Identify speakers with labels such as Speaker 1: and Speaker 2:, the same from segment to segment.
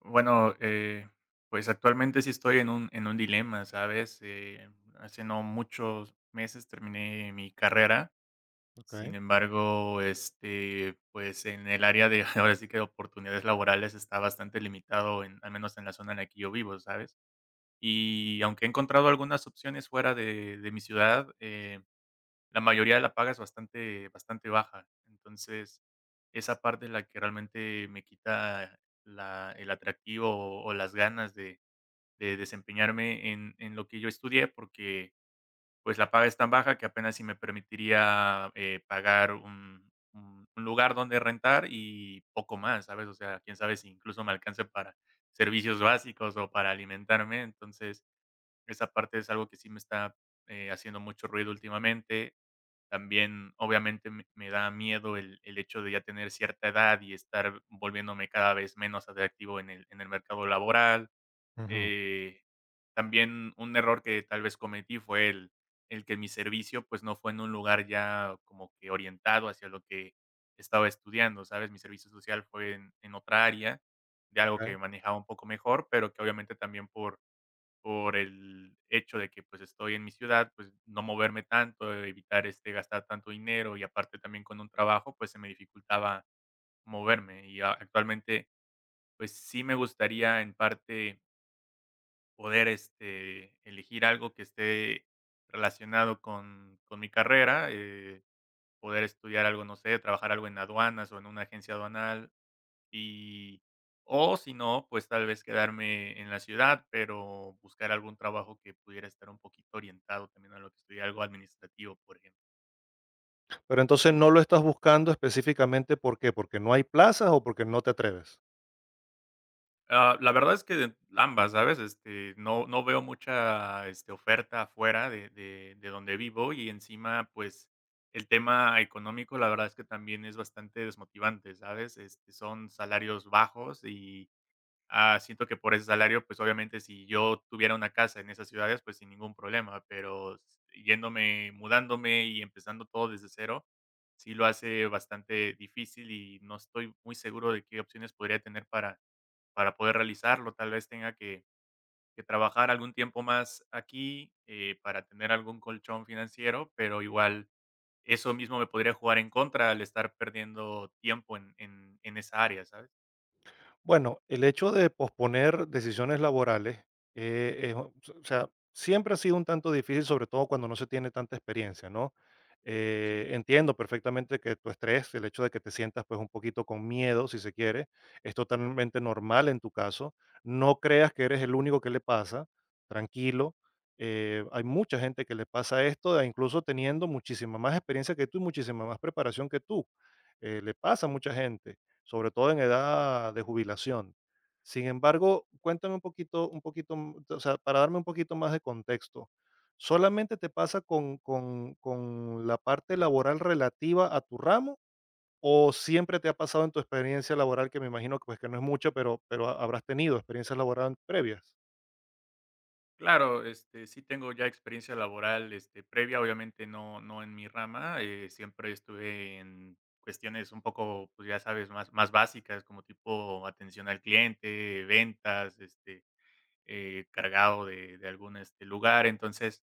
Speaker 1: Bueno, pues actualmente sí estoy en un dilema, ¿sabes? Hace no muchos meses terminé mi carrera.
Speaker 2: Okay.
Speaker 1: Sin embargo, pues en el área de ahora sí que oportunidades laborales está bastante limitado, en, al menos en la zona en la que yo vivo, ¿sabes? Y aunque he encontrado algunas opciones fuera de mi ciudad, la mayoría la paga es bastante bastante baja. Entonces, esa parte es la que realmente me quita la el atractivo o las ganas de desempeñarme en lo que yo estudié, porque, pues, la paga es tan baja que apenas si me permitiría, pagar un lugar donde rentar y poco más, ¿sabes? O sea, quién sabe si incluso me alcance para servicios básicos o para alimentarme. Entonces, esa parte es algo que sí me está, haciendo mucho ruido últimamente. También, obviamente, me da miedo el hecho de ya tener cierta edad y estar volviéndome cada vez menos atractivo en el mercado laboral.
Speaker 2: Ujú.
Speaker 1: Eh, también un error que tal vez cometí fue el que mi servicio, pues, no fue en un lugar ya como que orientado hacia lo que estaba estudiando, ¿sabes? Mi servicio social fue en otra área, de algo que
Speaker 2: Okey.
Speaker 1: manejaba un poco mejor, pero que obviamente también por el hecho de que, pues, estoy en mi ciudad, pues, no moverme tanto, evitar, gastar tanto dinero y aparte también con un trabajo, pues, se me dificultaba moverme. Y a Actualmente, pues, sí me gustaría en parte poder, elegir algo que esté relacionado con mi carrera, poder estudiar algo, no sé, trabajar algo en aduanas o en una agencia aduanal. Y o si no, pues tal vez quedarme en la ciudad, pero buscar algún trabajo que pudiera estar un poquito orientado también a lo que estudié, algo administrativo, por ejemplo.
Speaker 2: Pero entonces no lo estás buscando específicamente, ¿por qué? ¿Porque no hay plazas o porque no te atreves?
Speaker 1: Ah, la verdad es que ambas, ¿sabes? No, no veo mucha oferta afuera de donde vivo y encima, pues, el tema económico, la verdad es que también es bastante desmotivante, ¿sabes? Son salarios bajos y ah, siento que por ese salario, pues, obviamente, si yo tuviera una casa en esas ciudades, pues, sin ningún problema, pero s yéndome, mudándome y empezando todo desde cero, sí lo hace bastante difícil y no estoy muy seguro de qué opciones podría tener para poder realizarlo. Tal vez tenga que trabajar algún tiempo más aquí, para tener algún colchón financiero, pero igual eso mismo me podría jugar en contra al estar perdiendo tiempo en esa área, ¿sabes?
Speaker 2: Bueno, el hecho de posponer decisiones laborales, es o sea, siempre ha sido un tanto difícil, sobre todo cuando no se tiene tanta experiencia, ¿no?
Speaker 1: Sí.
Speaker 2: Entiendo perfectamente que tu estrés, el hecho de que te sientas pues un poquito con miedo, si se quiere, es totalmente normal en tu caso. No creas que eres el único que le pasa, tranquilo. Hay mucha gente que le pasa esto, e incluso teniendo muchísima más experiencia que tú y muchísima más preparación que tú. Le pasa a mucha gente sobre todo en edad de jubilación. Sin embargo, cuéntame un poquito, o sea, para darme un poquito más de contexto, ¿solamente te pasa con la parte laboral relativa a tu ramo o siempre te ha pasado en tu experiencia laboral, que me imagino que, pues, que no es mucho, pero, habrás tenido experiencias laborales previas?
Speaker 1: Claro, sí tengo ya experiencia laboral, previa, obviamente no en mi rama. Siempre estuve en cuestiones un poco, pues, ya sabes, más básicas, como tipo atención al cliente, ventas, encargado de algún, lugar. Entonces,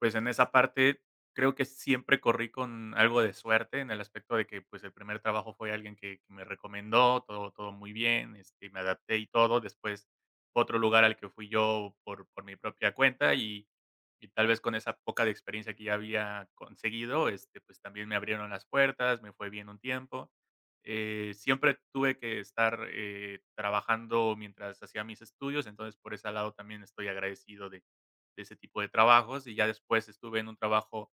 Speaker 1: pues, en esa parte creo que siempre corrí con algo de suerte, en el aspecto de que, pues, el primer trabajo fue alguien que me recomendó, todo muy bien, me adapté y todo. Después, fue otro lugar al que fui yo por mi propia cuenta y tal vez con esa poca de experiencia que ya había conseguido, pues, también me abrieron las puertas, me fue bien un tiempo. Siempre tuve que estar, trabajando mientras hacía mis estudios, entonces por ese lado también estoy agradecido de ese tipo de trabajos, y ya después estuve en un trabajo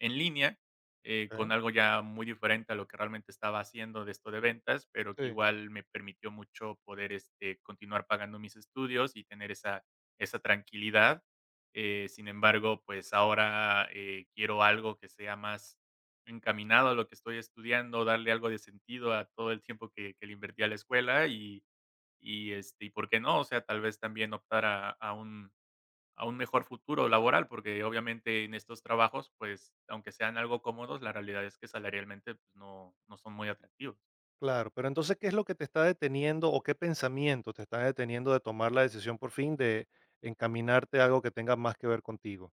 Speaker 1: en línea, con
Speaker 2: Ok.
Speaker 1: algo ya muy diferente a lo que realmente estaba haciendo de esto de ventas, pero que
Speaker 2: Sí.
Speaker 1: igual me permitió mucho poder, continuar pagando mis estudios y tener esa tranquilidad. Sin embargo, pues ahora, quiero algo que sea más encaminado a lo que estoy estudiando, darle algo de sentido a todo el tiempo que le invertí a la escuela y, y por qué no, o sea, tal vez también optar a un mejor futuro laboral, porque obviamente en estos trabajos, pues, aunque sean algo cómodos, la realidad es que salarialmente, pues, no son muy atractivos.
Speaker 2: Claro, pero entonces, ¿qué es lo que te está deteniendo o qué pensamiento te está deteniendo de tomar la decisión por fin de encaminarte a algo que tenga más que ver contigo?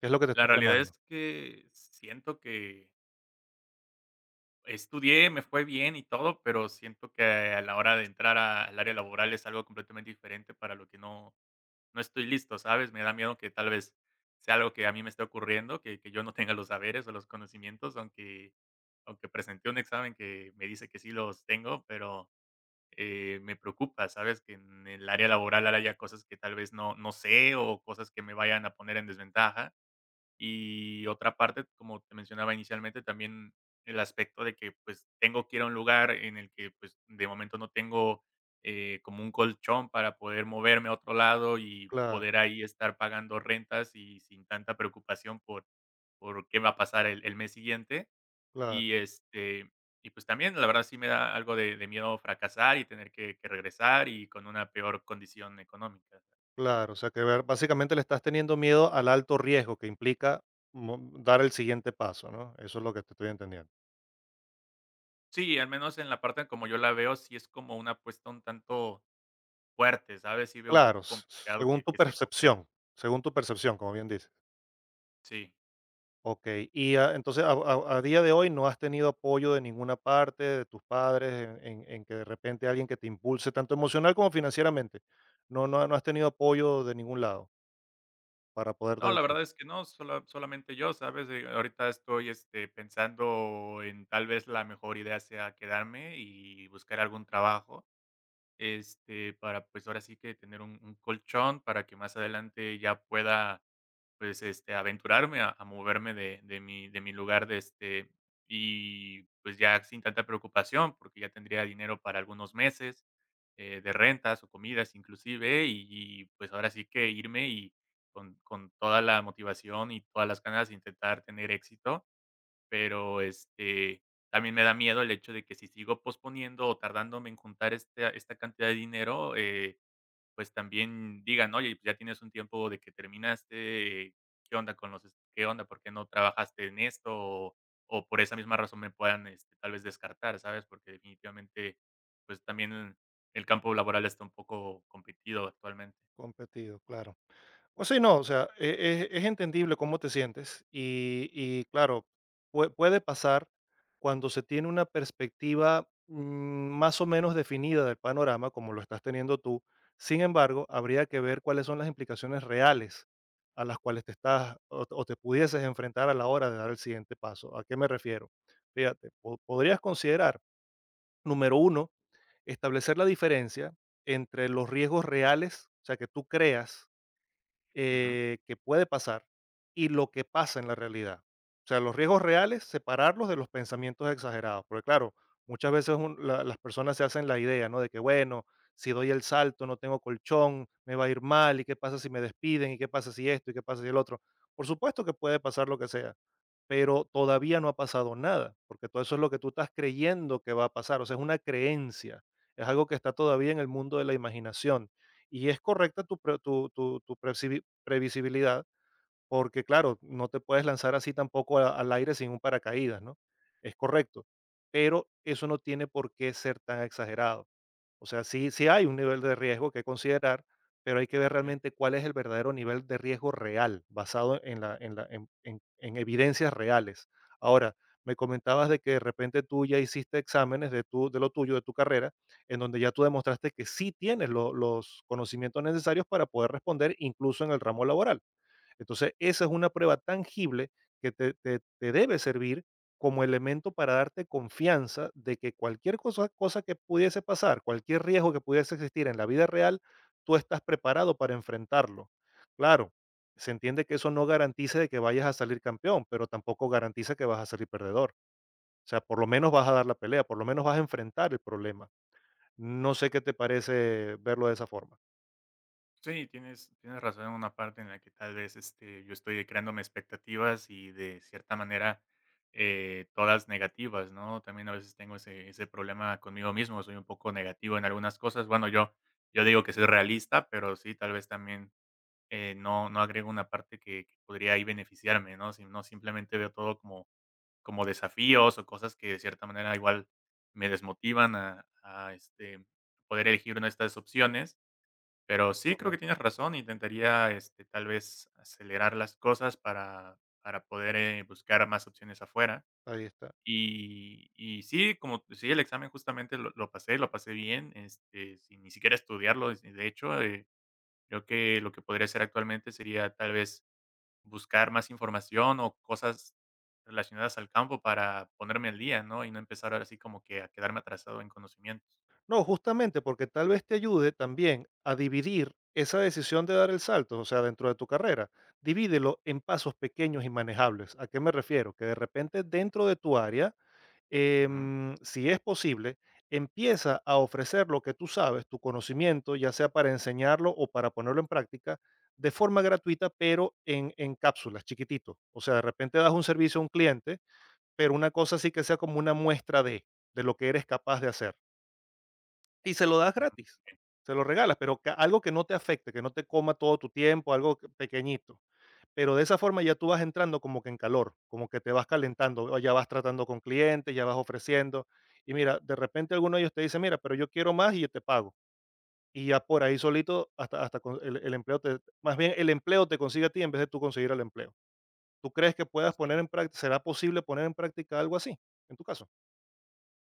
Speaker 2: ¿Qué es lo que te está
Speaker 1: La realidad es
Speaker 2: frenando?
Speaker 1: que siento que estudié, me fue bien y todo, pero siento que a la hora de entrar a al área laboral es algo completamente diferente para lo que no estoy listo, ¿sabes? Me da miedo que tal vez sea algo que a mí me esté ocurriendo, que yo no tenga los saberes o los conocimientos, aunque presenté un examen que me dice que sí los tengo, pero me preocupa, ¿sabes? Que en el área laboral haya cosas que tal vez no, no sé o cosas que me vayan a poner en desventaja. Y otra parte, como te mencionaba inicialmente, también el aspecto de que pues tengo que ir a un lugar en el que pues de momento no tengo como un colchón para poder moverme a otro lado y
Speaker 2: Claro,
Speaker 1: poder ahí estar pagando rentas y sin tanta preocupación por qué va a pasar el mes siguiente
Speaker 2: claro,
Speaker 1: y, y pues también, la verdad, sí me da algo de miedo fracasar y tener que regresar y con una peor condición económica.
Speaker 2: claro. O sea, básicamente le estás teniendo miedo al alto riesgo que implica dar el siguiente paso, ¿no? Eso es lo que te estoy entendiendo.
Speaker 1: Sí, al menos en la parte como yo la veo, sí es como una apuesta un tanto fuerte, ¿sabes? Sí veo un
Speaker 2: Claro.
Speaker 1: poco complicado
Speaker 2: Según tu
Speaker 1: que se concrete.
Speaker 2: percepción, según tu percepción, como bien dices.
Speaker 1: Sí.
Speaker 2: Ok. Y entonces a día de hoy no has tenido apoyo de ninguna parte, de tus padres, en que de repente alguien que te impulse, tanto emocional como financieramente. No, no, no has tenido apoyo de ningún lado para poder dar
Speaker 1: No,
Speaker 2: el
Speaker 1: la
Speaker 2: salto.
Speaker 1: verdad es que no, solamente yo, ¿sabes? Ahorita estoy, pensando en tal vez la mejor idea sea quedarme y buscar algún trabajo, para, pues, ahora sí que tener un colchón para que más adelante ya pueda pues, aventurarme a moverme de mi lugar de, y, pues, ya sin tanta preocupación, porque ya tendría dinero para algunos meses, de rentas o comidas inclusive, y, pues, ahora sí que irme y con toda la motivación y todas las ganas de intentar tener éxito, pero, también me da miedo el hecho de que si sigo posponiendo o tardándome en juntar esta cantidad de dinero, pues, también digan: "Oye, pues, ya tienes un tiempo de que terminaste, ¿qué onda con los es qué onda? ¿Por qué no trabajaste en esto?". O por esa misma razón me puedan, tal vez descartar, ¿sabes? Porque definitivamente, pues, también el campo laboral está un poco competido actualmente.
Speaker 2: Competido, claro. Pues sí, no, o sea, es entendible cómo te sientes y claro, puede pasar cuando se tiene una perspectiva más o menos definida del panorama, como lo estás teniendo tú. Sin embargo, habría que ver cuáles son las implicaciones reales a las cuales te estás o te pudieses enfrentar a la hora de dar el siguiente paso. ¿A qué me refiero? Fíjate, podrías considerar, número 1, establecer la diferencia entre los riesgos reales, o sea, que tú creas
Speaker 1: Ujú.
Speaker 2: que puede pasar y lo que pasa en la realidad. O sea, los riesgos reales, separarlos de los pensamientos exagerados. Porque claro, muchas veces las personas se hacen la idea, ¿no? De que, bueno, si doy el salto, no tengo colchón, me va a ir mal, ¿y qué pasa si me despiden? ¿Y qué pasa si esto? ¿Y qué pasa si el otro? Por supuesto que puede pasar lo que sea, pero todavía no ha pasado nada, porque todo eso es lo que tú estás creyendo que va a pasar, o sea, es una creencia, es algo que está todavía en el mundo de la imaginación. Y es correcta tu, pre- tu percibi- previsibilidad, porque claro, no te puedes lanzar así tampoco al aire sin un paracaídas, ¿no? Es correcto, pero eso no tiene por qué ser tan exagerado. O sea, sí, sí hay un nivel de riesgo que considerar, pero hay que ver
Speaker 1: Sí.
Speaker 2: realmente cuál es el verdadero nivel de riesgo real, basado en, la, en, la- en evidencias reales. Ahora, me comentabas de que de repente tú ya hiciste exámenes de lo tuyo, de tu carrera, en donde ya tú demostraste que sí tienes los conocimientos necesarios para poder responder incluso en el ramo laboral. Entonces, esa es una prueba tangible que te debe servir como elemento para darte confianza de que cualquier cosa, cosa que pudiese pasar, cualquier riesgo que pudiese existir en la vida real, tú estás preparado para enfrentarlo. Claro, se entiende que eso no garantiza de que vayas a salir campeón, pero tampoco garantiza que vas a salir perdedor. O sea, por lo menos vas a dar la pelea, por lo menos vas a enfrentar el problema. No sé qué te parece verlo de esa forma.
Speaker 1: Sí, tienes razón en una parte en la que tal vez yo estoy creándome expectativas y de cierta manera todas negativas, ¿no? También a veces tengo ese problema conmigo mismo, soy un poco negativo en algunas cosas. Bueno, yo digo que soy realista, pero sí, tal vez también no, no agrego una parte que podría ahí beneficiarme, ¿no? Si no simplemente veo todo como, como desafíos o cosas que de cierta manera igual me desmotivan poder elegir una de estas opciones, pero sí, creo que
Speaker 2: Correcto.
Speaker 1: tienes razón, intentaría, tal vez acelerar las cosas para poder, buscar más opciones afuera.
Speaker 2: Ahí está.
Speaker 1: Y sí, como sí, el examen justamente lo pasé bien, sin ni siquiera estudiarlo. De hecho, creo que lo que podría hacer actualmente sería tal vez buscar más información o cosas relacionadas al campo para ponerme al día, ¿no? Y no empezar ahora sí como que a quedarme atrasado en conocimientos.
Speaker 2: No, justamente porque tal vez te ayude también a dividir esa decisión de dar el salto, o sea, dentro de tu carrera, divídelo en pasos pequeños y manejables. ¿A qué me refiero? Que de repente dentro de tu área,
Speaker 1: Ujú,
Speaker 2: si es posible, empieza a ofrecer lo que tú sabes, tu conocimiento, ya sea para enseñarlo o para ponerlo en práctica, de forma gratuita, pero en cápsulas, chiquitito. O sea, de repente das un servicio a un cliente, pero una cosa sí que sea como una muestra de lo que eres capaz de hacer y se lo das
Speaker 1: ujú,
Speaker 2: gratis, se lo regalas, pero que algo que no te afecte, que no te coma todo tu tiempo, pequeñito. Pero de esa forma ya tú vas entrando como que en calor, como que te vas calentando, o ya vas tratando con clientes, ya vas ofreciendo. Y mira, de repente alguno de ellos te dice, mira, pero yo quiero más y yo te pago. Y ya por ahí solito, hasta, el empleo, más bien el empleo te consigue a ti en vez de tú conseguir el empleo. ¿Tú crees que puedas poner en
Speaker 1: sí.
Speaker 2: práctica, será posible poner en práctica algo así? En tu caso,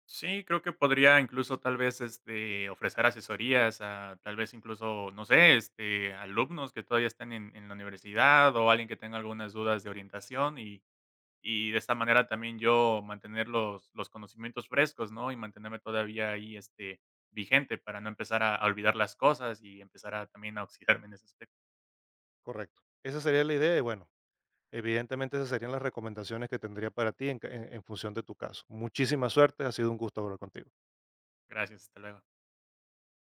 Speaker 1: Sí, creo que podría incluso tal vez, ofrecer asesorías a tal vez incluso, no sé, alumnos que todavía están en la universidad o alguien que tenga algunas dudas de orientación y de esta manera también yo mantener los conocimientos frescos, ¿no? Y mantenerme todavía ahí, vigente para no empezar a olvidar las cosas y empezar a también a oxidarme en ese aspecto.
Speaker 2: correcto. Esa sería la idea. Y bueno, evidentemente, esas serían las recomendaciones que tendría para ti en, en función de tu caso. Muchísima suerte, ha sido un gusto hablar contigo.
Speaker 1: Gracias, hasta luego.